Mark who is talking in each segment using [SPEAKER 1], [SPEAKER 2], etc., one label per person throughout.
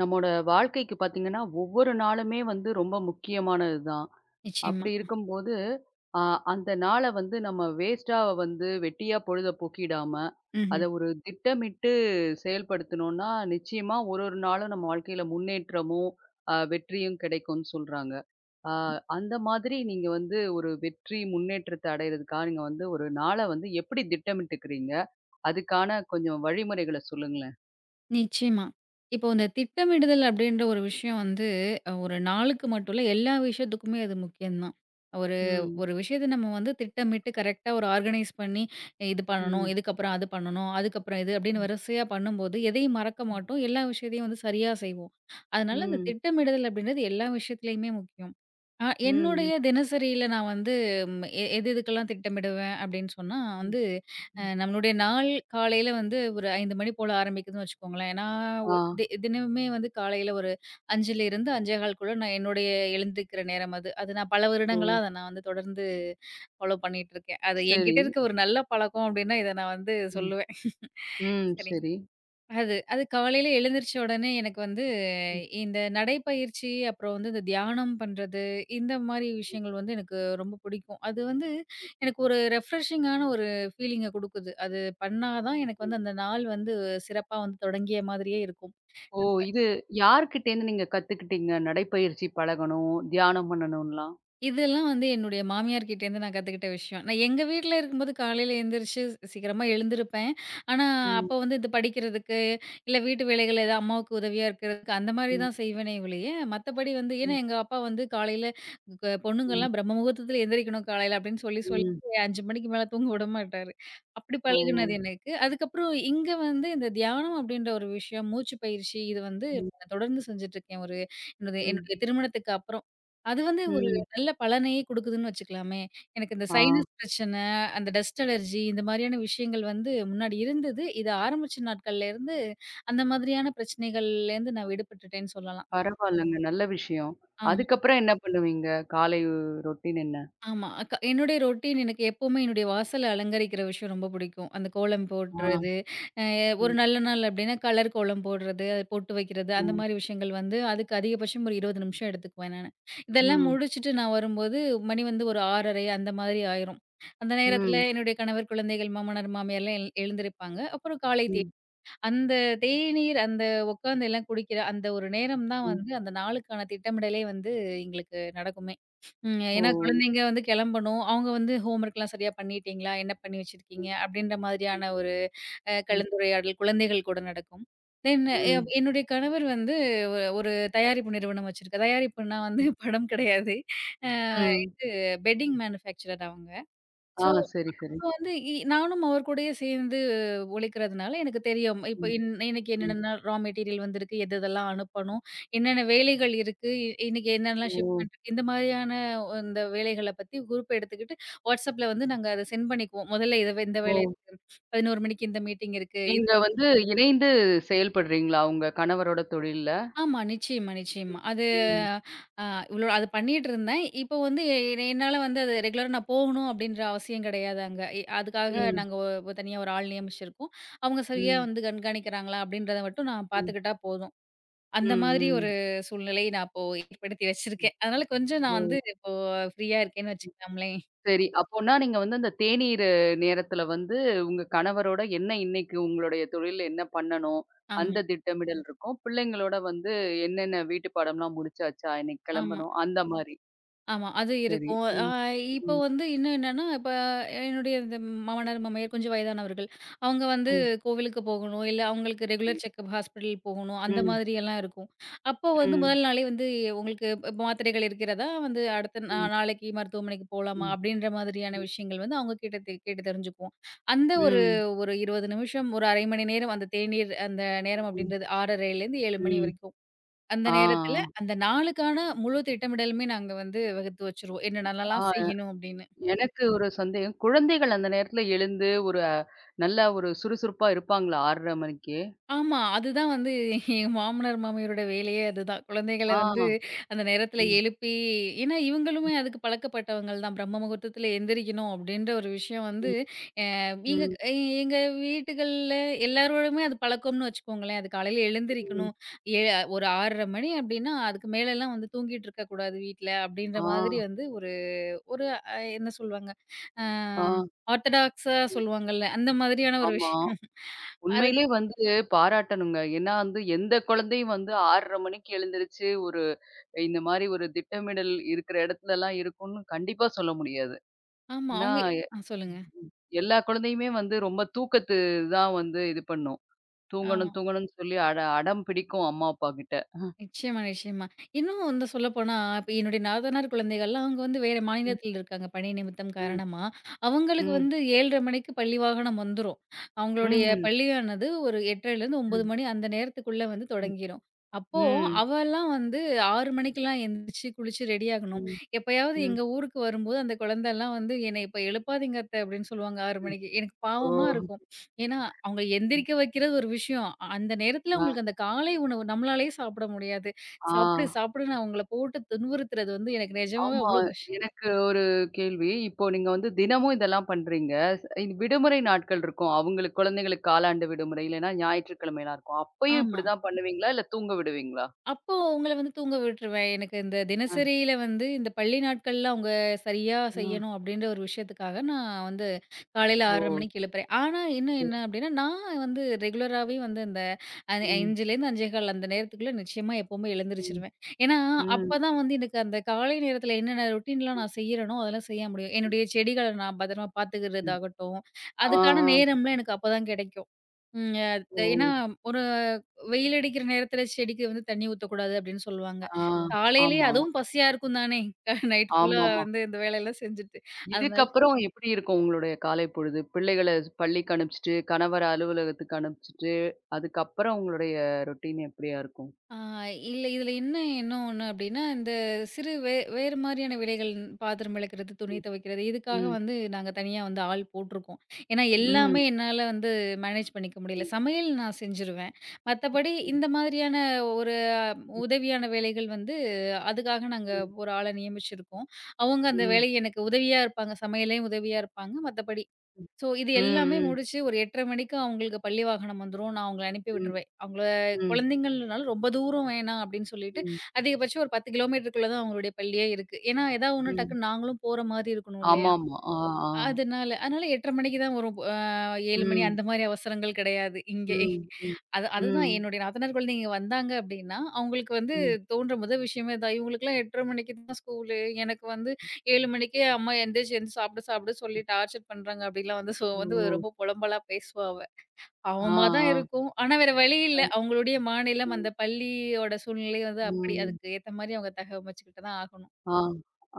[SPEAKER 1] நம்மோட வாழ்க்கைக்கு பார்த்தீங்கன்னா, ஒவ்வொரு நாளுமே வந்து ரொம்ப முக்கியமானது தான்.
[SPEAKER 2] நிச்சயமா.
[SPEAKER 1] அப்படி இருக்கும்போது, அ அந்த நாள வந்து நம்ம வேஸ்ட்டா வந்து வெட்டியா பொழுத போக்கிடாம, அத
[SPEAKER 2] ம்ஹ்ம்.
[SPEAKER 1] ஒரு திட்டமிட்டு செயல்படுத்துனோம்னா, நிச்சயமா ஒரு ஒரு நாளும் நம்ம வாழ்க்கையில முன்னேற்றமும், வெற்றியும் கிடைக்கும்னு சொல்றாங்க. அ அந்த மாதிரி நீங்க வந்து ஒரு வெற்றி, முன்னேற்றத்த அடையிறதுக்காக நீங்க வந்து ஒரு நாள வந்து எப்படி திட்டமிட்டுக்கிறீங்க? அதுக்கான கொஞ்சம் வழிமுறைகள சொல்லுங்களேன்.
[SPEAKER 2] நிச்சயமா. இப்போ இந்த திட்டமிடுதல் அப்படின்ற ஒரு விஷயம் வந்து, ஒரு நாளுக்கு மட்டும் இல்ல, எல்லா விஷயத்துக்குமே அது முக்கியம் தான். ஒரு
[SPEAKER 1] ம்.
[SPEAKER 2] ஒரு விஷயத்த நம்ம வந்து திட்டமிட்டு கரெக்ட்டா ஒரு ஆர்கனைஸ் பண்ணி, இது பண்ணணும்,
[SPEAKER 1] ம்.
[SPEAKER 2] இதுக்கப்புறம் அது பண்ணணும், அதுக்கப்புறம் இது அப்படின்னு
[SPEAKER 1] ம்.
[SPEAKER 2] வரிசையா பண்ணும்போது, எதையும் மறக்க மாட்டோம். எல்லா விஷயத்தையும் வந்து சரியா செய்வோம். அதனால அந்த
[SPEAKER 1] ம்.
[SPEAKER 2] திட்டமிடுதல் அப்படின்றது எல்லா விஷயத்துலயுமே முக்கியம்.
[SPEAKER 1] ம்.
[SPEAKER 2] என்னுடைய தினசரியில நான் வந்து ம் எ எது எதுக்கெல்லாம் திட்டமிடுவேன் அப்படின்னு சொன்னா
[SPEAKER 1] ம்.
[SPEAKER 2] வந்து
[SPEAKER 1] ம்.
[SPEAKER 2] நம்மளுடைய நாள் காலையில வந்து ஒரு 5 மணி போல ஆரம்பிக்குதுன்னு வச்சுக்கோங்களேன். நான் ஒ
[SPEAKER 1] ஆ.
[SPEAKER 2] தி தினமுமே வந்து காலையில ஒரு 5லிருந்து 5:15க்குள்ள நான் என்னுடைய எழுந்துக்கிற நேரம் அது. அது நான் பல
[SPEAKER 1] ஓ!
[SPEAKER 2] வருடங்களா அத நான் வந்து தொடர்ந்து ஃபாலோ பண்ணிட்டு இருக்கேன். அது
[SPEAKER 1] சரி.
[SPEAKER 2] என்கிட்ட இருக்க ஒரு நல்ல பழக்கம் அப்டின்னா, இத நான் வந்து
[SPEAKER 1] ம்.
[SPEAKER 2] சொல்லுவேன்.
[SPEAKER 1] ம்.
[SPEAKER 2] சரிங்க.
[SPEAKER 1] சரி.
[SPEAKER 2] அது அது காலையில எழுந்திரிச்ச உடனே எனக்கு வந்து
[SPEAKER 1] ம்.
[SPEAKER 2] இந்த நடைப்பயிற்சி, அப்புறம் வந்து இந்த தியானம் பண்றது, இந்த மாரி விஷயங்கள் வந்து எனக்கு ரொம்ப பிடிக்கும். அது வந்து எனக்கு ஒரு ரெஃப்ரெஷிங்கான ஒரு ஃபீலிங்க குடுக்குது. அது பண்ணா தான் எனக்கு வந்து அந்த நாள் வந்து சிறப்பா வந்து தொடங்கிய மாதிரியே இருக்கும்.
[SPEAKER 1] ஓ! இது யார்கிட்டேருந்து நீங்க கத்துக்கிட்டீங்க? நடைப்பயிற்சி பழகணும், தியானம் பண்ணணும்லாம்?
[SPEAKER 2] இதெல்லாம் வந்து என்னுடைய மாமியார் கிட்டேருந்து நான் கத்துக்கிட்ட விஷயம். நான் எங்க வீட்ல இருக்கும்போது காலையில எந்திரிச்சு சீக்கிரமா எழுந்திருப்பேன். ஆனா,
[SPEAKER 1] ம்.
[SPEAKER 2] அப்ப வந்து இது படிக்கிறதுக்கு, இல்ல வீட்டு வேலைகள் ஏதாவது அம்மாவுக்கு உதவியா இருக்கிறதுக்கு அந்த மாரி
[SPEAKER 1] ம்.
[SPEAKER 2] தான் செய்வேனே ஒழிய, மத்தபடி வந்து ஏன்னா
[SPEAKER 1] ம்.
[SPEAKER 2] எங்க அப்பா வந்து காலையில
[SPEAKER 1] ம்.
[SPEAKER 2] பொண்ணுங்கலாம் பிரம்ம முகூர்த்தத்துல எந்திரிக்கணும் காலையில அப்படின்னு சொல்லி சொல்லி
[SPEAKER 1] ம்.
[SPEAKER 2] 5 மணிக்கு மேல தூங்க விடமாட்டாரு. அப்படி
[SPEAKER 1] ஓ!
[SPEAKER 2] பழகுனது எனக்கு. அதுக்கப்புறம் இங்க வந்து இந்த தியானம் அப்படின்ற ஒரு விஷயம், மூச்சு பயிற்சி இது வந்து
[SPEAKER 1] ம்.
[SPEAKER 2] நான் தொடர்ந்து செஞ்சுட்டு இருக்கேன். ஒரு என்னுடைய
[SPEAKER 1] ம்.
[SPEAKER 2] என்னுடைய திருமணத்துக்கு அப்புறம். அது வந்து
[SPEAKER 1] ம்.
[SPEAKER 2] நல்ல பலனையே குடுக்குதுன்னு வச்சுக்கலாமே! எனக்கு இந்த
[SPEAKER 1] ஆ.
[SPEAKER 2] சைனஸ் பிரச்சனை, அந்த டஸ்ட் அலர்ஜி இந்த மாதிரியான விஷயங்கள் வந்து முன்னாடி இருந்தது. இது ஆரம்பிச்ச நாட்கள்லேருந்து அந்த மாதிரியான பிரச்சனைகள்லேருந்து நான் விடுபட்டுட்டேன்னு சொல்லலாம்.
[SPEAKER 1] பரவால்லங்க. நல்ல விஷயம்.
[SPEAKER 2] ஆமா.
[SPEAKER 1] அதுக்கப்புறம் என்ன பண்ணுவீங்க? காலை ரொட்டீன் என்ன?
[SPEAKER 2] ஆமா. என்னுடைய ரொட்டீன் எனக்கு எப்பவுமே என்னுடைய வாசல அலங்கரிக்கிற விஷயம் ரொம்ப பிடிக்கும். அந்த கோலம்
[SPEAKER 1] ஆ.
[SPEAKER 2] போடுறது, அ ஒரு
[SPEAKER 1] ம்.
[SPEAKER 2] நல்ல நாள் அப்டின்னா கலர் கோலம் போடுறது, அது பொட்டு வைக்கிறது அந்த
[SPEAKER 1] ம்.
[SPEAKER 2] மாரி விஷயங்கள் வந்து அதுக்கு அதிகபட்சம் ஒரு 20 நிமிஷம் எடுத்துக்குவேன் நானு. இதெல்லாம்
[SPEAKER 1] ம்.
[SPEAKER 2] முடிச்சுட்டு நான் வரும்போது மணி வந்து ஒரு 6:30 அந்த மாதிரி ஆயிரும். அந்த நேரத்தில
[SPEAKER 1] ம்.
[SPEAKER 2] என்னுடைய கணவர், குழந்தைகள், மாமனார், மாமியார்லாம் எழுந்திருப்பாங்க. அப்புறம் காலை
[SPEAKER 1] ம்.
[SPEAKER 2] அந்த தேநீர், அந்த உட்காந்து எல்லாம் குடிக்கிற அந்த ஒரு நேரம் தான்
[SPEAKER 1] ம்.
[SPEAKER 2] வந்து, அந்த நாளுக்கான திட்டமிடலே வந்து எங்களுக்கு நடக்குமே. ம்.
[SPEAKER 1] ஓ!
[SPEAKER 2] ஏன்னா ம். குழந்தைங்க வந்து கிளம்பணும். அவங்க வந்து ஹோம்வொர்க்லாம் சரியா பண்ணிட்டீங்களா? என்ன பண்ணி வச்சிருக்கீங்க?
[SPEAKER 1] ம்.
[SPEAKER 2] அப்படின்ற
[SPEAKER 1] ம்.
[SPEAKER 2] மாதிரியான ஒரு கலந்துரையாடல் குழந்தைகள் கூட நடக்கும். தென் எ ம்.
[SPEAKER 1] ம்.
[SPEAKER 2] என்னுடைய கணவர் வந்து ஒரு தயாரிப்பு நிறுவனம் வச்சிருக்கார். தயாரிப்புன்னா வந்து
[SPEAKER 1] ம்.
[SPEAKER 2] படம் கிடையாது. அ
[SPEAKER 1] ம்.
[SPEAKER 2] பெட்டிங் மேனுஃபேக்சரர் அவங்க. ஸோ
[SPEAKER 1] ஆ. சரி, சரி.
[SPEAKER 2] அப்போ வந்து நானும் அவர் கூடயே சேர்ந்து உழைக்கிறதுனால எனக்கு தெரியும். இப்ப
[SPEAKER 1] ம்.
[SPEAKER 2] இன்னைக்கு
[SPEAKER 1] ம்.
[SPEAKER 2] என்னென்ன மெட்டீரியல் வந்திருக்கு, எது எதெல்லாம் அனுப்பணும், என்னென்ன வேலைகள் இருக்கு, இன்னைக்கு என்னென்னலாம்
[SPEAKER 1] ஓ!
[SPEAKER 2] ஷிப்மெண்ட் இருக்கு. இந்த மாதிரியான இந்த வேலைகள பத்தி குரூப் எடுத்துக்கிட்டு, WhatsAppல வந்து நாங்க அத சென்ட் பண்ணிக்குவோம். முதல்ல இத இந்த
[SPEAKER 1] ஓ!
[SPEAKER 2] வேலை இருக்கு. 11 மணிக்கு இந்த மீட்டிங் இருக்கு.
[SPEAKER 1] நீங்க வந்து இணைந்து செயல்படுறீங்களா? உங்க கணவரோட தொழில்ல?
[SPEAKER 2] ஆமா. நிச்சயமா, நிச்சயமா. அது
[SPEAKER 1] ம்.
[SPEAKER 2] அ இவ்ளோ அது பண்ணிட்டுருந்தேன். இப்போ வந்து என்னால வந்து அது ரெகுலரா நான் போகணும் அப்டின்ற அவசியம் கிடையாது அங்க. அதுக்காக
[SPEAKER 1] ம்.
[SPEAKER 2] நாங்க ஒரு தனியா ஒரு ஆள் நியமிச்சிருக்கோம். அவங்க சரியா
[SPEAKER 1] ம்.
[SPEAKER 2] வந்து கண்காணிக்கிறாங்களா? அப்டின்றத மட்டும் நான்
[SPEAKER 1] ம்.
[SPEAKER 2] பார்த்துக்கிட்டா போதும். அந்த மாதிரி ஒரு
[SPEAKER 1] ம்.
[SPEAKER 2] சூழ்நிலை நான் இப்போ ஏற்படுத்தி
[SPEAKER 1] ம்.
[SPEAKER 2] வச்சிருக்கேன். அதனால கொஞ்சம் நான்
[SPEAKER 1] ஓ!
[SPEAKER 2] வந்து இப்போ ஃப்ரீயா இருக்கேன்னு வச்சுக்கலாம்லே.
[SPEAKER 1] சரி. அப்போன்னா நீங்க வந்து அந்த தேநீர் நேரத்துல வந்து உங்க கணவரோட என்ன இன்னைக்கு உங்களுடைய தொழில்ல என்ன பண்ணணும்? அந்த
[SPEAKER 2] ஆமா,
[SPEAKER 1] திட்டமிடல் இருக்கும். பிள்ளைங்களோட வந்து என்னென்ன வீட்டு பாடம்லாம் முடிச்சாச்சா? இன்னைக்கு
[SPEAKER 2] ஆமா.
[SPEAKER 1] கிளம்பணும். அந்த மாரி.
[SPEAKER 2] ஆமா. அது
[SPEAKER 1] சரி.
[SPEAKER 2] இருக்கும்.
[SPEAKER 1] ம்.
[SPEAKER 2] இப்போ
[SPEAKER 1] ம்.
[SPEAKER 2] வந்து இன்னும் என்னன்னா, இப்ப என்னுடைய இந்த மாமனார், மாமியார் கொஞ்சம் வயதானவர்கள். அவங்க வந்து
[SPEAKER 1] ம்.
[SPEAKER 2] கோவிலுக்கு போகணும், இல்ல அவங்களுக்கு ரெகுலர் செக்கப் ஹாஸ்பிட்டல் போகணும். அந்த
[SPEAKER 1] ம்.
[SPEAKER 2] மாதிரி எல்லாம் இருக்கும். அப்போ வந்து
[SPEAKER 1] ம். ம்.
[SPEAKER 2] முதல் நாளே வந்து உங்களுக்கு இப்ப மாத்திரைகள் இருக்கிறதா? வந்து அடுத்த
[SPEAKER 1] ம்.
[SPEAKER 2] நாளைக்கு மருத்துவமனைக்கு போலாமா?
[SPEAKER 1] ம்.
[SPEAKER 2] அப்படின்ற மாதிரியான விஷயங்கள் வந்து அவங்க கிட்ட கேட்டு தெரிஞ்சுக்குவோம். அந்த ஒரு
[SPEAKER 1] ம்.
[SPEAKER 2] ஒரு 20 நிமிஷம், ஒரு 1/2 மணி நேரம் அந்த தேநீர் அந்த நேரம்
[SPEAKER 1] ம்.
[SPEAKER 2] அப்படின்றது 6:30லேருந்து 7 மணி
[SPEAKER 1] ம்.
[SPEAKER 2] வரைக்கும். அந்த
[SPEAKER 1] ஆ.
[SPEAKER 2] நேரத்துல, அந்த நாளுக்கான முழு திட்டமிடலுமே நாங்க வந்து வகுத்து வச்சுருவோம். என்னென்னலாம்
[SPEAKER 1] ஆ.
[SPEAKER 2] செய்யணும் அப்படின்னு.
[SPEAKER 1] எனக்கு ஒரு சந்தேகம். குழந்தைகள் அந்த நேரத்துல எழுந்து ஒரு நல்ல ஒரு சுறுசுறுப்பா இருப்பாங்களா? 6:30 மணிக்கு?
[SPEAKER 2] ஆமா. அதுதான் வந்து என் மாமனார், மாமியாரோட வேலையே அதுதான். குழந்தைகள வந்து
[SPEAKER 1] ஆ.
[SPEAKER 2] அந்த நேரத்துல
[SPEAKER 1] ம்.
[SPEAKER 2] எழுப்பி ஏன்னா இவங்களுமே அதுக்கு பழக்கப்பட்டவங்கள் தான். பிரம்ம முகூர்த்தத்துல எந்திரிக்கணும் அப்படின்ற ஒரு விஷயம் வந்து
[SPEAKER 1] ம்.
[SPEAKER 2] அ எங்க
[SPEAKER 1] ம்.
[SPEAKER 2] எ- எங்க வீட்டுகள்ல எல்லாரோடுமே அது பழக்கம்னு வச்சுக்கோங்களேன். அது காலையில
[SPEAKER 1] ம்.
[SPEAKER 2] எழுந்திரிக்கணும். ஏ ஒரு 6:30 மணி அப்படின்னா, அதுக்கு மேலலாம் வந்து தூங்கிட்டு இருக்கக்கூடாது வீட்ல அப்படின்ற
[SPEAKER 1] ஆ.
[SPEAKER 2] மாதிரி வந்து ஒரு என்ன சொல்லுவாங்க? அ
[SPEAKER 1] ஆ.
[SPEAKER 2] ஆர்த்தடாக்ஸா
[SPEAKER 1] ம்.
[SPEAKER 2] சொல்லுவாங்கல்ல. அந்த மாதிரியான ஒரு
[SPEAKER 1] ஆமா.
[SPEAKER 2] விஷயம். அது
[SPEAKER 1] உண்மையிலே வந்து பாராட்டணுங்க. ஏன்னா வந்து எந்த குழந்தையும் வந்து 6:30 மணிக்கு எழுந்திருச்சு ஒரு இந்த மாரி ஒரு திட்டமிடல் இருக்கிற இடத்துலலாம் இருக்கும்னு கண்டிப்பா சொல்ல முடியாது.
[SPEAKER 2] ஆமா.
[SPEAKER 1] ஏன்னா
[SPEAKER 2] அவங்க
[SPEAKER 1] எ
[SPEAKER 2] சொல்லுங்க.
[SPEAKER 1] எல்லா குழந்தையுமே வந்து ரொம்ப தூக்கத்து தான் வந்து இது பண்ணும்.
[SPEAKER 2] ஆமா.
[SPEAKER 1] தூங்கணும், தூங்கணும்னு சொல்லி அடம் பிடிக்கும் அம்மா, அப்பா கிட்ட.
[SPEAKER 2] நிச்சயமா, நிச்சயமா. இன்னும் வந்து சொல்லப்போனா, இப்ப என்னுடைய நாத்தனார் குழந்தைகள்லாம் அவங்க வந்து வேற மாநிலத்தில இருக்காங்க. பணி நிமித்தம்
[SPEAKER 1] ம்,
[SPEAKER 2] காரணமா. அவங்களுக்கு
[SPEAKER 1] ம்,
[SPEAKER 2] வந்து 7:30 மணிக்கு பள்ளி வாகனம் வந்துரும். அவங்களுடைய
[SPEAKER 1] ம்,
[SPEAKER 2] பள்ளியானது ஒரு 8:30லேருந்து 9
[SPEAKER 1] ம்,
[SPEAKER 2] மணி அந்த நேரத்துக்குள்ள வந்து
[SPEAKER 1] ம்,
[SPEAKER 2] தொடங்கிரும். அப்போ
[SPEAKER 1] ம்,
[SPEAKER 2] அவல்லாம் வந்து 6 மணிக்கெல்லாம் எந்திரிச்சு, குளிச்சு ரெடி ஆகணும்.
[SPEAKER 1] ம்,
[SPEAKER 2] எப்பயாவது
[SPEAKER 1] ம்,
[SPEAKER 2] எங்க ஊருக்கு வரும்போது அந்த குழந்தல்லாம் வந்து, "என்னை இப்ப எழுப்பாதீங்க அத்த" அப்படின்னு சொல்லுவாங்க 6
[SPEAKER 1] ம்.
[SPEAKER 2] மணிக்கு. எனக்கு
[SPEAKER 1] ஓ!
[SPEAKER 2] பாவமா இருக்கும். ஏன்னா, அவங்க எந்திரிக்க வைக்கிறது ஒரு விஷயம். அந்த நேரத்துல
[SPEAKER 1] அ,
[SPEAKER 2] உங்களுக்கு அந்த காலை உணவு நம்மளாலயே சாப்பிட முடியாது.
[SPEAKER 1] ஆ.
[SPEAKER 2] சாப்பிடு, சாப்பிடுன்னு அவங்கள போட்டு துன்புறுத்துறது வந்து எனக்கு நிஜமாவே
[SPEAKER 1] ஆமா.
[SPEAKER 2] அவ்ளோ
[SPEAKER 1] எனக்கு ஒரு கேள்வி. இப்போ நீங்க வந்து தினமும் இதெல்லாம் பண்றீங்க. இது விடுமுறை நாட்கள் இருக்கும். அவங்களுக்கு குழந்தைகளுக்கு காலாண்டு விடுமுறை, இல்லைன்னா ஞாயிற்றுக்கிழமைலாம் இருக்கும். அப்பயும்
[SPEAKER 2] ஆமா.
[SPEAKER 1] இப்படிதான் பண்ணுவீங்களா? இல்ல தூங்க விடுவீங்களா?
[SPEAKER 2] அப்போ உங்கள வந்து தூங்க விட்டுருவேன். எனக்கு இந்த
[SPEAKER 1] அ,
[SPEAKER 2] தினசரியில வந்து இந்த பள்ளி நாட்கள்ல அவங்க சரியா
[SPEAKER 1] அ.
[SPEAKER 2] செய்யணும் அப்படின்ற ஒரு விஷயத்துக்காக நான் வந்து காலையில
[SPEAKER 1] ஓ!
[SPEAKER 2] 6:30 மணிக்கு எழுப்புறேன். ஆனா, இன்னும்
[SPEAKER 1] சரி.
[SPEAKER 2] என்ன அப்படின்னா, நான் வந்து ரெகுலராவே வந்து இந்த அது
[SPEAKER 1] ம்,
[SPEAKER 2] 5லேருந்து 5 1/4 அந்த நேரத்துக்குள்ள நிச்சயமா எப்பவுமே
[SPEAKER 1] ம்,
[SPEAKER 2] எழுந்திரிச்சுருவேன். ஏன்னா,
[SPEAKER 1] ம்,
[SPEAKER 2] அப்பதான் வந்து எனக்கு அந்த காலை நேரத்தில என்னென்ன ரொட்டீன்லாம்
[SPEAKER 1] ம்,
[SPEAKER 2] நான் செய்யறேனோ, அதெல்லாம் செய்ய முடியும். என்னுடைய செடிகள நான் பத்திரமா
[SPEAKER 1] ம்.
[SPEAKER 2] பார்த்துக்கிறதாகட்டும்,
[SPEAKER 1] ஆ, ஆ.
[SPEAKER 2] அதுக்கான நேரம்லாம் எனக்கு அப்பதான் கிடைக்கும். ம் அ
[SPEAKER 1] ஓ!
[SPEAKER 2] ஏன்னா, ஒரு வெயில் அடிக்கிற நேரத்தில செடிக்கு வந்து தண்ணி ஊத்தக்கூடாது அப்படின்னு சொல்லுவாங்க.
[SPEAKER 1] ஆ.
[SPEAKER 2] காலையிலேயே
[SPEAKER 1] ஆமா.
[SPEAKER 2] அதுவும் பசியா இருக்கும் தானே! நைட் ஃபுல்லா
[SPEAKER 1] ஆமாமா.
[SPEAKER 2] வந்து இந்த வேலையெல்லாம் செஞ்சுட்டு. அதனால
[SPEAKER 1] இதுக்கப்புறம் எப்படி இருக்கும் உங்களுடைய காலை பொழுது? பிள்ளைகள பள்ளிக்கு அனுப்பிச்சுட்டு, கணவர அலுவலகத்துக்கு அனுப்பிச்சுட்டு, அதுக்கப்புறம் உங்களுடைய ரொட்டீன் எப்படியா இருக்கும்?
[SPEAKER 2] ஆ, இல்ல இதுல என்ன இன்னும் ஒண்ணு அப்டின்னா, இந்த சிறு வேறு மாரியான வேலைகள் பாத்திரம் விளக்குறது, துணி
[SPEAKER 1] ம்,
[SPEAKER 2] துவைக்கிறது இதுக்காக
[SPEAKER 1] ம்,
[SPEAKER 2] வந்து நாங்க தனியா வந்து ஆள் போட்ருக்கோம். ஏன்னா,
[SPEAKER 1] ம்,
[SPEAKER 2] எல்லாமே என்னால வந்து மேனேஜ் பண்ணிக்க முடியல.
[SPEAKER 1] ம்,
[SPEAKER 2] சமையல் நான் செஞ்சுருவேன். மத்தபடி
[SPEAKER 1] ம்,
[SPEAKER 2] இந்த மாதிரியான ஒரு அஹ்,
[SPEAKER 1] ம்,
[SPEAKER 2] உதவியான வேலைகள் வந்து அதுக்காக நாங்க
[SPEAKER 1] ம்,
[SPEAKER 2] ஒரு ஆள நியமிச்சிருக்கோம். அவங்க அந்த
[SPEAKER 1] ம்,
[SPEAKER 2] வேலைய எனக்கு உதவியா இருப்பாங்க. சமையல்லையும் உதவியா இருப்பாங்க. மத்தபடி ஸோ இது எல்லாமே
[SPEAKER 1] ம்,
[SPEAKER 2] முடிச்சு ஒரு 8:30 மணிக்கு அவங்களுக்கு பள்ளி வாகனம் வந்துரும். நான் அவங்கள அனுப்பி விட்டுருவேன். அவங்கள
[SPEAKER 1] ம்,
[SPEAKER 2] குழந்தைங்கள்னால ரொம்ப தூரம் வேணாம் அப்படின்னு சொல்லிட்டு,
[SPEAKER 1] ம்,
[SPEAKER 2] அதிகபட்சம் ஒரு 10 கிலோமீட்டருக்குள்ள தான் அவங்களுடைய பள்ளியே இருக்கு. ஏன்னா, ஏதாவது ஒண்ணு
[SPEAKER 1] ம்.
[SPEAKER 2] டக்குன்னு நாங்களும் போற மாரி இருக்கணும் இல்லையா?
[SPEAKER 1] ஆமாமா. ஆ, ஆ.
[SPEAKER 2] அதனால, அதனால 8:30 மணிக்கு தான் வரும். 7 மணி
[SPEAKER 1] ம்,
[SPEAKER 2] அந்த மாரி அவசரங்கள் கிடையாது இங்கே.
[SPEAKER 1] ம், ம்,
[SPEAKER 2] அது அதுதான்
[SPEAKER 1] ம்,
[SPEAKER 2] என்னுடைய நாத்தனார் குழந்தைங்க வந்தாங்க அப்டின்னா, அவங்களுக்கு வந்து
[SPEAKER 1] ம்.
[SPEAKER 2] தோன்ற முதல் விஷயமே இதான். இவங்களுக்கெல்லாம் 8:30 மணிக்கு தான் ஸ்கூலு. எனக்கு வந்து 7 மணிக்கே அம்மா எந்திரிச்சு எந்திரிச்சு சாப்பிடு சாப்பிடு சொல்லி டார்ச்சர் பண்றாங்க அப்டிலாம் வந்து, சோ வந்து
[SPEAKER 1] ஓ!
[SPEAKER 2] ரொம்ப புலம்பலா பேசுவா அவ.
[SPEAKER 1] ஆ,
[SPEAKER 2] பாவமா தான்
[SPEAKER 1] ஆ.
[SPEAKER 2] இருக்கும். ஆனா வேற வழி
[SPEAKER 1] அ,
[SPEAKER 2] இல்ல. அவங்களுடைய மாநிலம், அந்த பள்ளியோட சூழ்நிலை வந்து அப்படி.
[SPEAKER 1] ம்.
[SPEAKER 2] அதுக்கு ஏத்த மாரி அவங்க தகவமைச்சுக்கிட்டு தான் ஆகணும்.
[SPEAKER 1] ஆ,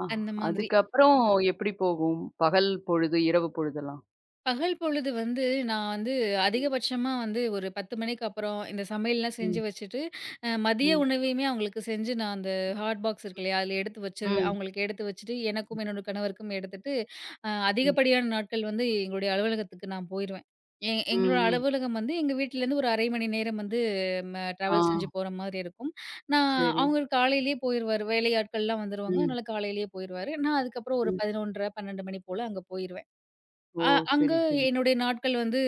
[SPEAKER 1] ஆ.
[SPEAKER 2] அந்த மாதிரி.
[SPEAKER 1] அதுக்கப்புறம் எப்படி போகும்? பகல் பொழுது, இரவு பொழுதெல்லாம்?
[SPEAKER 2] பகல் பொழுது வந்து நான் வந்து அதிகபட்சமா வந்து ஒரு 10 மணிக்கு அப்புறம் இந்த சமையல்லாம் செஞ்சு
[SPEAKER 1] ம்,
[SPEAKER 2] வச்சுட்டு, மதிய
[SPEAKER 1] ம்.
[SPEAKER 2] உணவையுமே அவங்களுக்கு செஞ்சு நான் அந்த ஹாட் பாக்ஸ் இருக்கு இல்லையா? அதில எடுத்து வச்சுருவேன்.
[SPEAKER 1] ம்,
[SPEAKER 2] அவங்களுக்கு எடுத்து வச்சுட்டு, எனக்கும் என்னோட கணவருக்கும் எடுத்துட்டு,
[SPEAKER 1] ம்,
[SPEAKER 2] அதிகப்படியான நாட்கள் வந்து எங்களுடைய அலுவலகத்துக்கு நான் போயிருவேன்.
[SPEAKER 1] ம்,
[SPEAKER 2] எங்களோட
[SPEAKER 1] ம்.
[SPEAKER 2] அலுவலகம் வந்து எங்க வீட்டிலேருந்து ஒரு 1/2 மணி நேரம் வந்து
[SPEAKER 1] ஆ,
[SPEAKER 2] ட்ராவல் செஞ்சு போற மாதிரி இருக்கும். நான்
[SPEAKER 1] சரி.
[SPEAKER 2] அவரு காலையிலேயே போயிருவாரு. வேலை ஆட்கள்லாம் வந்துருவாங்க.
[SPEAKER 1] ம்,
[SPEAKER 2] அதனால காலையிலேயே போயிருவாரு. நான் அதுக்கப்புறம் ஒரு
[SPEAKER 1] ம்.
[SPEAKER 2] 11:30, 12 மணி போல அங்க போயிருவேன்.
[SPEAKER 1] ஓ!
[SPEAKER 2] அ அங்க
[SPEAKER 1] சரி, சரி.
[SPEAKER 2] என்னுடைய நாட்கள் வந்து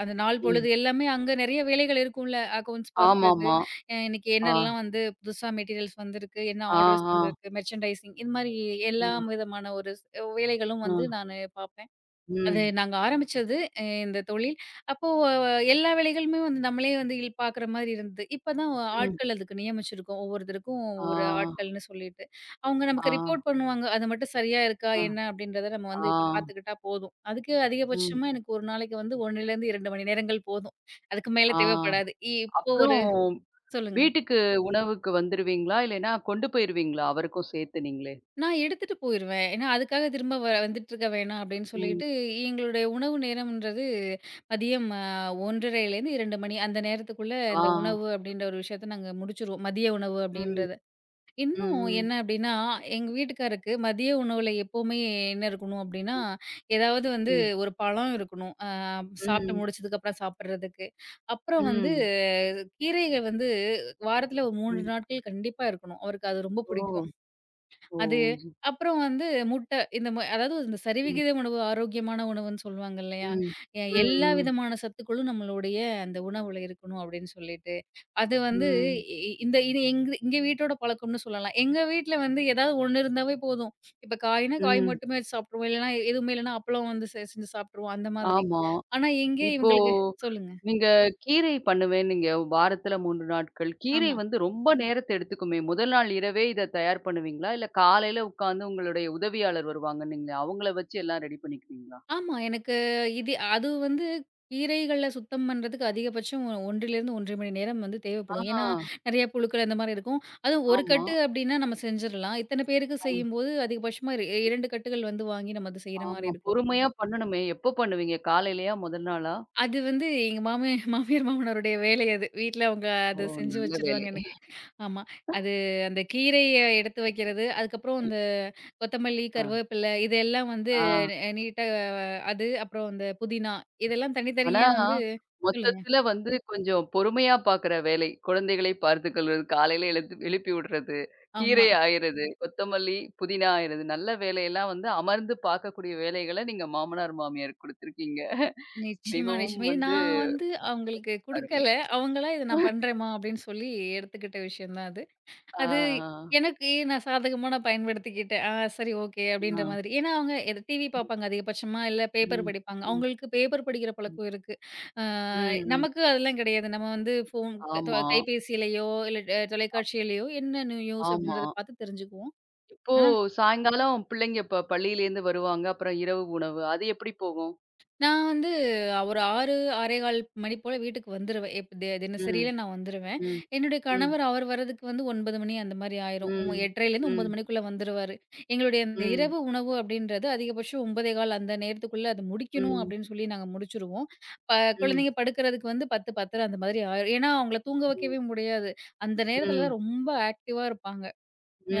[SPEAKER 2] அந்த நாள் பொழுது
[SPEAKER 1] ம்.
[SPEAKER 2] எல்லாமே அங்க நெறைய வேலைகள் இருக்கும்ல. அக்கவுண்ட்ஸ் பார்க்குறது,
[SPEAKER 1] ஆமாமா.
[SPEAKER 2] இன்னைக்கு
[SPEAKER 1] ஆ,
[SPEAKER 2] என்னெல்லாம் வந்து புதுசா மெட்டீரியல்ஸ் வந்திருக்கு, என்ன
[SPEAKER 1] ஆ,
[SPEAKER 2] ஆர்டர்ஸ்
[SPEAKER 1] ஆ,
[SPEAKER 2] வந்திருக்கு, மெர்ச்சன்டைசிங் இது மாரி
[SPEAKER 1] ஆ,
[SPEAKER 2] எல்லா விதமான ஒரு வேலைகளும் வந்து
[SPEAKER 1] ஆ.
[SPEAKER 2] நானு பார்ப்பேன். அது
[SPEAKER 1] ம்,
[SPEAKER 2] நாங்க ஆரம்பிச்சது இந்த தொழில். அப்போ எல்லா வேலைகளுமே வந்து நம்மளே வந்து இல் பார்க்குற மாரி இருந்தது. இப்ப தான்
[SPEAKER 1] ம்.
[SPEAKER 2] ஆட்கள் அதுக்கு நியமிச்சிருக்கோம். ஒவ்வொருத்தருக்கும்
[SPEAKER 1] ஆ,
[SPEAKER 2] ஒவ்வொரு ஆட்கள்னு சொல்லிட்டு. அவங்க
[SPEAKER 1] ஆ,
[SPEAKER 2] நமக்கு ரிப்போர்ட் பண்ணுவாங்க. அது மட்டும் சரியா இருக்கா?
[SPEAKER 1] ஆ,
[SPEAKER 2] என்ன? அப்படின்றத நம்ம வந்து
[SPEAKER 1] ஆ.
[SPEAKER 2] இப்ப பார்த்துக்கிட்டா போதும். அதுக்கு
[SPEAKER 1] ம்.
[SPEAKER 2] அதிகபட்சமா எனக்கு ஒரு நாளைக்கு வந்து 1லேருந்து 2 மணி நேரங்கள் போதும். அதுக்கு மேல
[SPEAKER 1] ஆ.
[SPEAKER 2] தேவைப்படாது. இப்போ ஒரு
[SPEAKER 1] அப்புறம்
[SPEAKER 2] சொல்லுங்க.
[SPEAKER 1] வீட்டுக்கு உணவுக்கு வந்துருவீங்களா? இல்லைன்னா கொண்டு போயிருவீங்களா? அவருக்கும் சேர்த்து நீங்களே?
[SPEAKER 2] நான் எடுத்துட்டு போயிருவேன். ஏன்னா, அதுக்காக திரும்ப வந்துட்டுருக்க வேணாம் அப்படின்னு
[SPEAKER 1] ம்.
[SPEAKER 2] சொல்லிட்டு, எங்களுடைய உணவு நேரம்ன்றது மதியம் 1:30லேருந்து 2 மணி அந்த நேரத்துக்குள்ள
[SPEAKER 1] ஆ.
[SPEAKER 2] இந்த உணவு அப்படின்ற ஒரு விஷயத்த நாங்க முடிச்சுருவோம். மதிய உணவு
[SPEAKER 1] ம்,
[SPEAKER 2] அப்படின்றத. இன்னும்
[SPEAKER 1] ம்,
[SPEAKER 2] என்ன அப்படின்னா, எங்க வீட்டுக்காருக்கு மதிய உணவுல எப்பவுமே என்ன இருக்கணும் அப்படின்னா,
[SPEAKER 1] ம்,
[SPEAKER 2] ஏதாவது வந்து
[SPEAKER 1] ம்,
[SPEAKER 2] ஒரு பழம் இருக்கணும். சாப்பிட்டு
[SPEAKER 1] ம்,
[SPEAKER 2] முடிச்சதுக்கப்புறம் சாப்பிடுறதுக்கு. அப்புறம் வந்து
[SPEAKER 1] ம்,
[SPEAKER 2] கீரைகள் வந்து வாரத்துல ஒரு 3
[SPEAKER 1] ம்.
[SPEAKER 2] நாட்கள் கண்டிப்பா இருக்கணும். அவருக்கு அது ரொம்ப
[SPEAKER 1] ஓ!
[SPEAKER 2] பிடிக்கும்.
[SPEAKER 1] ஓ!
[SPEAKER 2] அது அப்புறம் வந்து முட்டை இந்த அதாவது இந்த
[SPEAKER 1] ம்,
[SPEAKER 2] சரிவிகித உணவு, ஆரோக்கியமான உணவுன்னு சொல்லுவாங்க இல்லையா?
[SPEAKER 1] ம், ம்,
[SPEAKER 2] எல்லா
[SPEAKER 1] ம்,
[SPEAKER 2] விதமான சத்துக்களும் நம்மளுடைய அந்த உணவுல இருக்கணும் அப்படின்னு சொல்லிட்டு, அது வந்து
[SPEAKER 1] ம்,
[SPEAKER 2] இ இ- இந்த இது எங்க எங்க வீட்டோட பழக்கம்னு சொல்லலாம். எங்க வீட்ல வந்து ஏதாவது ஒண்ணு இருந்தாவே போதும். இப்ப காய்னா காய்
[SPEAKER 1] ம்.
[SPEAKER 2] மட்டுமே வச்சு சாப்பிட்டுருவோம். இல்லைன்னா எதுவுமே இல்லைன்னா அப்பளம் வந்து செஞ்சு சாப்பிட்டுருவோம் அந்த மாதிரி.
[SPEAKER 1] ஆமா.
[SPEAKER 2] ஆனா, இங்கே
[SPEAKER 1] இப்போ
[SPEAKER 2] இவங்களுக்கு சொல்லுங்க.
[SPEAKER 1] நீங்க கீரை பண்ணுவேன்னீங்க. வாரத்துல 3 நாட்கள். கீரை
[SPEAKER 2] ஆமா.
[SPEAKER 1] வந்து ரொம்ப நேரத்த எடுத்துக்குமே. முதல் நாள் இரவே இத தயார் பண்ணுவீங்களா? இல்ல காலையில உட்காந்து உங்களுடைய உதவியாளர் வருவாங்கன்னீங்களே, அவங்கள வச்சு எல்லாம் ரெடி பண்ணிக்குவீங்களா?
[SPEAKER 2] ஆமா. எனக்கு இது அது வந்து கீரைகள சுத்தம் பண்றதுக்கு அதிகபட்சம் 1 1/2 மணி நேரம் வந்து
[SPEAKER 1] ஆ.
[SPEAKER 2] தேவைப்படும். ஏன்னா, நெறைய புழுக்கள் அந்த மாரி இருக்கும். அதுவும் 1
[SPEAKER 1] ஆமா.
[SPEAKER 2] கட்டு அப்டின்னா நம்ம செஞ்சிரலாம். இத்தன பேருக்கு
[SPEAKER 1] ஆ
[SPEAKER 2] செய்யும்போது அதிகபட்சமா இரு 2 கட்டுகள் வந்து வாங்கி நம்ம அது செய்ற மாரி
[SPEAKER 1] ஆமா.
[SPEAKER 2] இருக்கும்.
[SPEAKER 1] பொறுமையா பண்ணணுமே. எப்போ பண்ணுவீங்க? காலையிலயா? முதல் நாளா?
[SPEAKER 2] அது வந்து எங்க மாமியார், மாமனாருடைய வேலை அது. வீட்ல அவங்க
[SPEAKER 1] ஓ!
[SPEAKER 2] அத செஞ்சு
[SPEAKER 1] நல்ல
[SPEAKER 2] வச்சுருவாங்க
[SPEAKER 1] வேலை.
[SPEAKER 2] எனக்கு. ஆமா. அது அந்த கீரைய எடுத்து வைக்கிறது, அதுக்கப்புறம் அந்த கொத்தமல்லி,
[SPEAKER 1] ஆ.
[SPEAKER 2] கருவேப்பிலை இதெல்லாம் வந்து
[SPEAKER 1] ஆ.
[SPEAKER 2] நீ அது அப்புறம் அந்த புதினா இதெல்லாம்
[SPEAKER 1] ஆனா,
[SPEAKER 2] தனித்தனியா வந்து சொல்லுங்க.
[SPEAKER 1] மொத்தத்துல வந்து கொஞ்சம் பொறுமையா பாக்குற வேலை. குழந்தைகளை பார்த்துக்கொள்வது, காலையில எழுத்து எழுப்பி விடுறது,
[SPEAKER 2] ஆமா.
[SPEAKER 1] கீரை ஆயிறது, கொத்தமல்லி, புதினா ஆயிறது, நல்ல வேலையெல்லாம் வந்து அமர்ந்து பார்க்கக்கூடிய வேலைகள நீங்க மாமனார், மாமியாருக்கு குடுத்துருக்கீங்க.
[SPEAKER 2] நிச்சயமா,
[SPEAKER 1] மிகவும்
[SPEAKER 2] நிச்சயமா. இது
[SPEAKER 1] வந்து
[SPEAKER 2] நான் வந்து அவங்களுக்கு
[SPEAKER 1] அருமை.
[SPEAKER 2] குடுக்கல. அவங்களா இத நான் பண்றேம்மா அப்படின்னு சொல்லி எடுத்துக்கிட்ட விஷயம் தான் அது.
[SPEAKER 1] ஆ,
[SPEAKER 2] அது
[SPEAKER 1] ஆ,
[SPEAKER 2] எனக்கு நான் சாதகமா நான் பயன்படுத்திக்கிட்டேன். ஆ சரி ஓகே
[SPEAKER 1] ஆ.
[SPEAKER 2] அப்படின்ற மாதிரி. ஏன்னா அவங்க எத டிவி
[SPEAKER 1] ம்,
[SPEAKER 2] பார்ப்பாங்க அதிகபட்சமா, இல்ல பேப்பர்
[SPEAKER 1] ம்,
[SPEAKER 2] படிப்பாங்க.
[SPEAKER 1] ம்,
[SPEAKER 2] அவங்களுக்கு பேப்பர் படிக்கிற பழக்கம் இருக்கு. ஆ
[SPEAKER 1] ம், ம்.
[SPEAKER 2] நமக்கு அதெல்லாம் கிடையாது. நம்ம வந்து ஃபோன்
[SPEAKER 1] ஆமா,
[SPEAKER 2] கைபேசியிலயோ, இல்ல தொலைக்காட்சியிலயோ என்ன நியூஸ்
[SPEAKER 1] ஆமா.
[SPEAKER 2] அப்படின்றத பார்த்து தெரிஞ்சுக்குவோம்.
[SPEAKER 1] இப்போ
[SPEAKER 2] ஆனா
[SPEAKER 1] சாயங்காலம் பிள்ளைங்க பள்ளியிலேருந்து வருவாங்க. அப்புறம் இரவு உணவு. அது எப்படி போகும்?
[SPEAKER 2] நான் வந்து ஒரு 6, 6:15 மணி போல வீட்டுக்கு வந்துருவேன். எப் தி
[SPEAKER 1] ம்,
[SPEAKER 2] தினசரியில நான் வந்துருவேன்.
[SPEAKER 1] ம்,
[SPEAKER 2] என்னுடைய
[SPEAKER 1] ம்,
[SPEAKER 2] கணவர் அவர் வரதுக்கு வந்து 9 மணி அந்த மாரி ஆயிரும். உம்
[SPEAKER 1] ம்,
[SPEAKER 2] 8:30லேருந்து 9
[SPEAKER 1] ம்.
[SPEAKER 2] மணிக்குள்ள வந்துருவாரு. எங்களுடைய அந்த
[SPEAKER 1] ம்,
[SPEAKER 2] இரவு உணவு அப்படின்றது அதிகபட்சம் 9:15 அந்த நேரத்துக்குள்ள அது முடிக்கணும்
[SPEAKER 1] ம்,
[SPEAKER 2] அப்படின்னு சொல்லி நாங்க முடிச்சுருவோம். ப
[SPEAKER 1] ம்,
[SPEAKER 2] குழந்தைங்க படுக்கிறதுக்கு வந்து 10, 10:30 அந்த மாதிரி ஆயிரும். ஏன்னா அவங்கள தூங்க
[SPEAKER 1] ம்,
[SPEAKER 2] வைக்கவே முடியாது. அந்த நேரத்துல தான் ரொம்ப ஆக்டிவா இருப்பாங்க.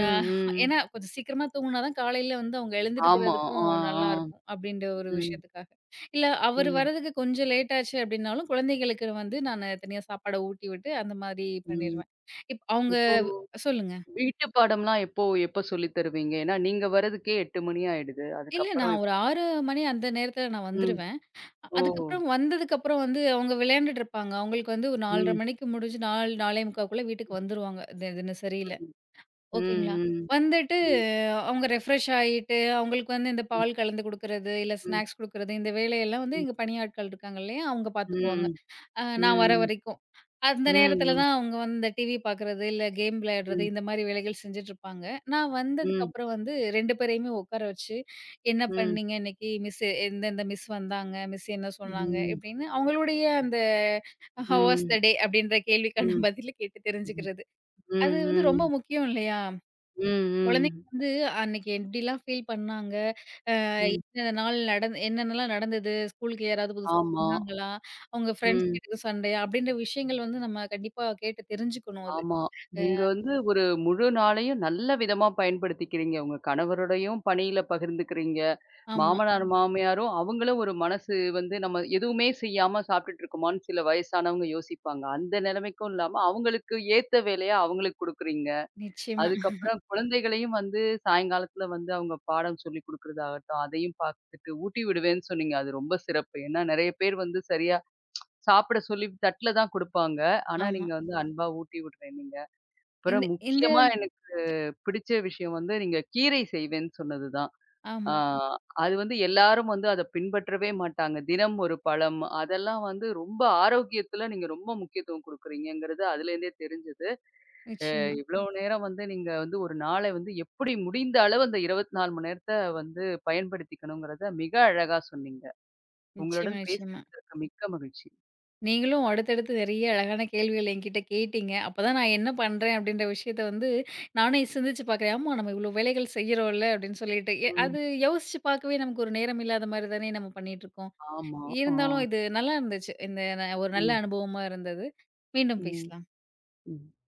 [SPEAKER 2] ஆ
[SPEAKER 1] ம்.
[SPEAKER 2] ஏன்னா கொஞ்சம் சீக்கிரமா தூங்குனா தான் காலையில வந்து அவங்க
[SPEAKER 1] ஆமா.
[SPEAKER 2] எழுந்திருக்கிறதுக்கும்
[SPEAKER 1] ஆ, ஆ.
[SPEAKER 2] நல்லாருக்கும் அப்படின்ற ஒரு
[SPEAKER 1] ம்,
[SPEAKER 2] விஷயத்துக்காக. இல்ல அவரு
[SPEAKER 1] ம்,
[SPEAKER 2] வரதுக்கு கொஞ்சம் லேட் ஆச்சு அப்படின்னாலும், குழந்தைகளுக்கு வந்து நானு தனியா சாப்பாட ஊட்டி விட்டு அந்த மாரி
[SPEAKER 1] ம்.
[SPEAKER 2] பண்ணிருவேன். அவங்க
[SPEAKER 1] இப்போ
[SPEAKER 2] சொல்லுங்க.
[SPEAKER 1] வீட்டு பாடம்லாம் எப்ப சொல்லி தருவீங்க? ஏன்னா நீங்க வரதுக்கே 8 மணி ஆயிடுது.
[SPEAKER 2] இல்ல
[SPEAKER 1] அதுக்கப்புறம்
[SPEAKER 2] நான்
[SPEAKER 1] எப்
[SPEAKER 2] ஒரு 6 மணி அந்த நேரத்துல நான்
[SPEAKER 1] ம்.
[SPEAKER 2] வந்துருவேன். அ-
[SPEAKER 1] ஓ!
[SPEAKER 2] அதுக்கப்புறம் வந்ததுக்கப்புறம் வந்து அவங்க விளையாண்டுட்டு இருப்பாங்க. அவங்களுக்கு வந்து ஒரு 4:30
[SPEAKER 1] ம்,
[SPEAKER 2] மணிக்கு முடிஞ்சு 4, 4:45க்குள்ள வீட்டுக்கு வந்துருவாங்க. தினசரியில.
[SPEAKER 1] ம், ம்,
[SPEAKER 2] ஓகேங்களா.
[SPEAKER 1] ம்,
[SPEAKER 2] வந்துட்டு
[SPEAKER 1] ம்,
[SPEAKER 2] அவங்க ரெஃப்ரெஷ் ஆயிட்டு, அவங்களுக்கு வந்து இந்த பால் கலந்து குடுக்குறது, இல்ல
[SPEAKER 1] ம்,
[SPEAKER 2] ஸ்நாக்ஸ் குடுக்குறது, இந்த வேலையெல்லாம் வந்து
[SPEAKER 1] ம்,
[SPEAKER 2] எங்க பணியாட்கள் இருக்காங்க இல்லையா, அவங்க
[SPEAKER 1] ம்,
[SPEAKER 2] பார்த்துக்குவாங்க.
[SPEAKER 1] ம்,
[SPEAKER 2] நான் வர
[SPEAKER 1] ம்,
[SPEAKER 2] வரைக்கும். அந்த
[SPEAKER 1] ம்,
[SPEAKER 2] நேரத்தில
[SPEAKER 1] ம்,
[SPEAKER 2] தான் அவங்க வந்து இந்த டிவி பார்க்குறது, இல்ல கேம் விளையாடுறது,
[SPEAKER 1] ம்,
[SPEAKER 2] இந்த மாரி வேலைகள் செஞ்சுட்ருப்பாங்க. நான்
[SPEAKER 1] ம்,
[SPEAKER 2] வந்ததுக்கப்புறம் வந்து 2 பேரையுமே உட்கார வச்சு, "என்ன
[SPEAKER 1] ம்,
[SPEAKER 2] பண்ணீங்க இன்னைக்கு? மிஸ் இந்த இந்த மிஸ் வந்தாங்க, மிஸ் என்ன சொன்னாங்க?"
[SPEAKER 1] ம்,
[SPEAKER 2] இப்படின்னு அவங்களுடைய அந்த "ஹவ் வாஸ்
[SPEAKER 1] ம், ம்,
[SPEAKER 2] த டே?" அப்படின்ற கேள்விக்கான பதில கேட்டு தெரிஞ்சுக்கிறது. அது வந்து ரொம்ப
[SPEAKER 1] ம்,
[SPEAKER 2] முக்கியம் இல்லையா?
[SPEAKER 1] ம்,
[SPEAKER 2] குழந்தைங்க
[SPEAKER 1] ம்,
[SPEAKER 2] வந்து அன்னைக்கு எப்படிலாம் ஃபீல் பண்ணாங்க?
[SPEAKER 1] ம்.
[SPEAKER 2] என்னென்ன நாள் நடந் என்னென்னலாம் நடந்தது? ஸ்கூலுக்கு யாராவது புதுசா
[SPEAKER 1] ஆமா.
[SPEAKER 2] வந்தாங்களா? அவங்க ஃப்ரெண்ட்ஸ்
[SPEAKER 1] ம்.
[SPEAKER 2] கிட்ட எதுவும் சண்டையா? அப்படின்ற விஷயங்கள் வந்து நம்ம கண்டிப்பா கேட்டு தெரிஞ்சுக்கணும் அது.
[SPEAKER 1] ஆமா. நீங்க வந்து ஒரு முழு நாளையும் நல்ல விதமா பயன்படுத்திக்கிறீங்க. உங்க கணவரோடையும் பணியில பகிர்ந்துக்கிறீங்க.
[SPEAKER 2] ஆமா.
[SPEAKER 1] மாமனார், மாமியாரும் அவங்களும் ஒரு மனசு வந்து நம்ம எதுவுமே செய்யாம சாப்பிட்டுட்டு இருக்கோமான்னு சில வயசானவங்க யோசிப்பாங்க. அந்த நிலைமைக்கும் இல்லாம அவங்களுக்கு ஏத்த வேலைய அவங்களுக்கு குடுக்குறீங்க.
[SPEAKER 2] நிச்சயமா.
[SPEAKER 1] அதுக்கப்புறம் குழந்தைகளையும் வந்து சாயங்காலத்துல வந்து அவங்க பாடம் சொல்லிக் குடுக்குறதாகட்டும், அதையும் பார்த்துட்டு ஊட்டி விடுவேன்னு சொன்னீங்க. அது ரொம்ப சிறப்பு. ஏன்னா நெறைய பேர் வந்து சரியா சாப்பிட சொல்லி தட்டுல தான் குடுப்பாங்க. ஆனா
[SPEAKER 2] ஆமா.
[SPEAKER 1] நீங்க வந்து அன்பா ஊட்டி விடுறேன்னீங்க. அப்புறம்
[SPEAKER 2] இந்த இந்த
[SPEAKER 1] முக்கியமா எனக்கு பிடிச்ச விஷயம் வந்து, நீங்க கீரை செய்வேன்னு சொன்னது தான். ஆ
[SPEAKER 2] ஆமா.
[SPEAKER 1] அது வந்து எல்லாரும் வந்து அத பின்பற்றவே மாட்டாங்க. தினம் ஒரு பழம், அதெல்லாம் வந்து ரொம்ப ஆரோக்கியத்துல நீங்க ரொம்ப முக்கியத்துவம் குடுக்குறீங்கங்கிறது அதுலேருந்தே தெரிஞ்சது.
[SPEAKER 2] நிச்சயமா.
[SPEAKER 1] இவ்ளோ நேரம் வந்து நீங்க வந்து ஒரு நாள வந்து எப்படி முடிந்த அளவு அந்த 24 மணி நேரத்த வந்து பயன்படுத்திக்கணுங்கிறத மிக அழகா சொன்னீங்க.
[SPEAKER 2] நிச்சயமா,
[SPEAKER 1] உங்களுடன்
[SPEAKER 2] நிச்சயமா.
[SPEAKER 1] பேசியதற்கு மிக்க மகிழ்ச்சி.
[SPEAKER 2] நீங்களும் அடுத்தடுத்து நெறைய அழகான கேள்விகள் என்கிட்ட கேட்டீங்க. அப்பதான் நான் என்ன பண்றேன் அப்படின்ற விஷயத்த வந்து நானே சிந்திச்சு பார்க்குறேன். ஆமா நம்ம இவ்வளோ வேலைகள் செய்றோம்ல அப்படின்னு சொல்லிட்டு.
[SPEAKER 1] ம்.
[SPEAKER 2] அது யோசிச்சு பார்க்கவே நமக்கு ஒரு நேரம் இல்லாத மாரி தானே நம்ம பண்ணிட்டுருக்கோம்.
[SPEAKER 1] ஆமா. ஆ.
[SPEAKER 2] இருந்தாலும் இது நல்லா இருந்துச்சு. இந்த ஒரு
[SPEAKER 1] ம்.
[SPEAKER 2] நல்ல அனுபவமா இருந்தது. மீண்டும்
[SPEAKER 1] ம்.
[SPEAKER 2] பேசலாம்.
[SPEAKER 1] ம்.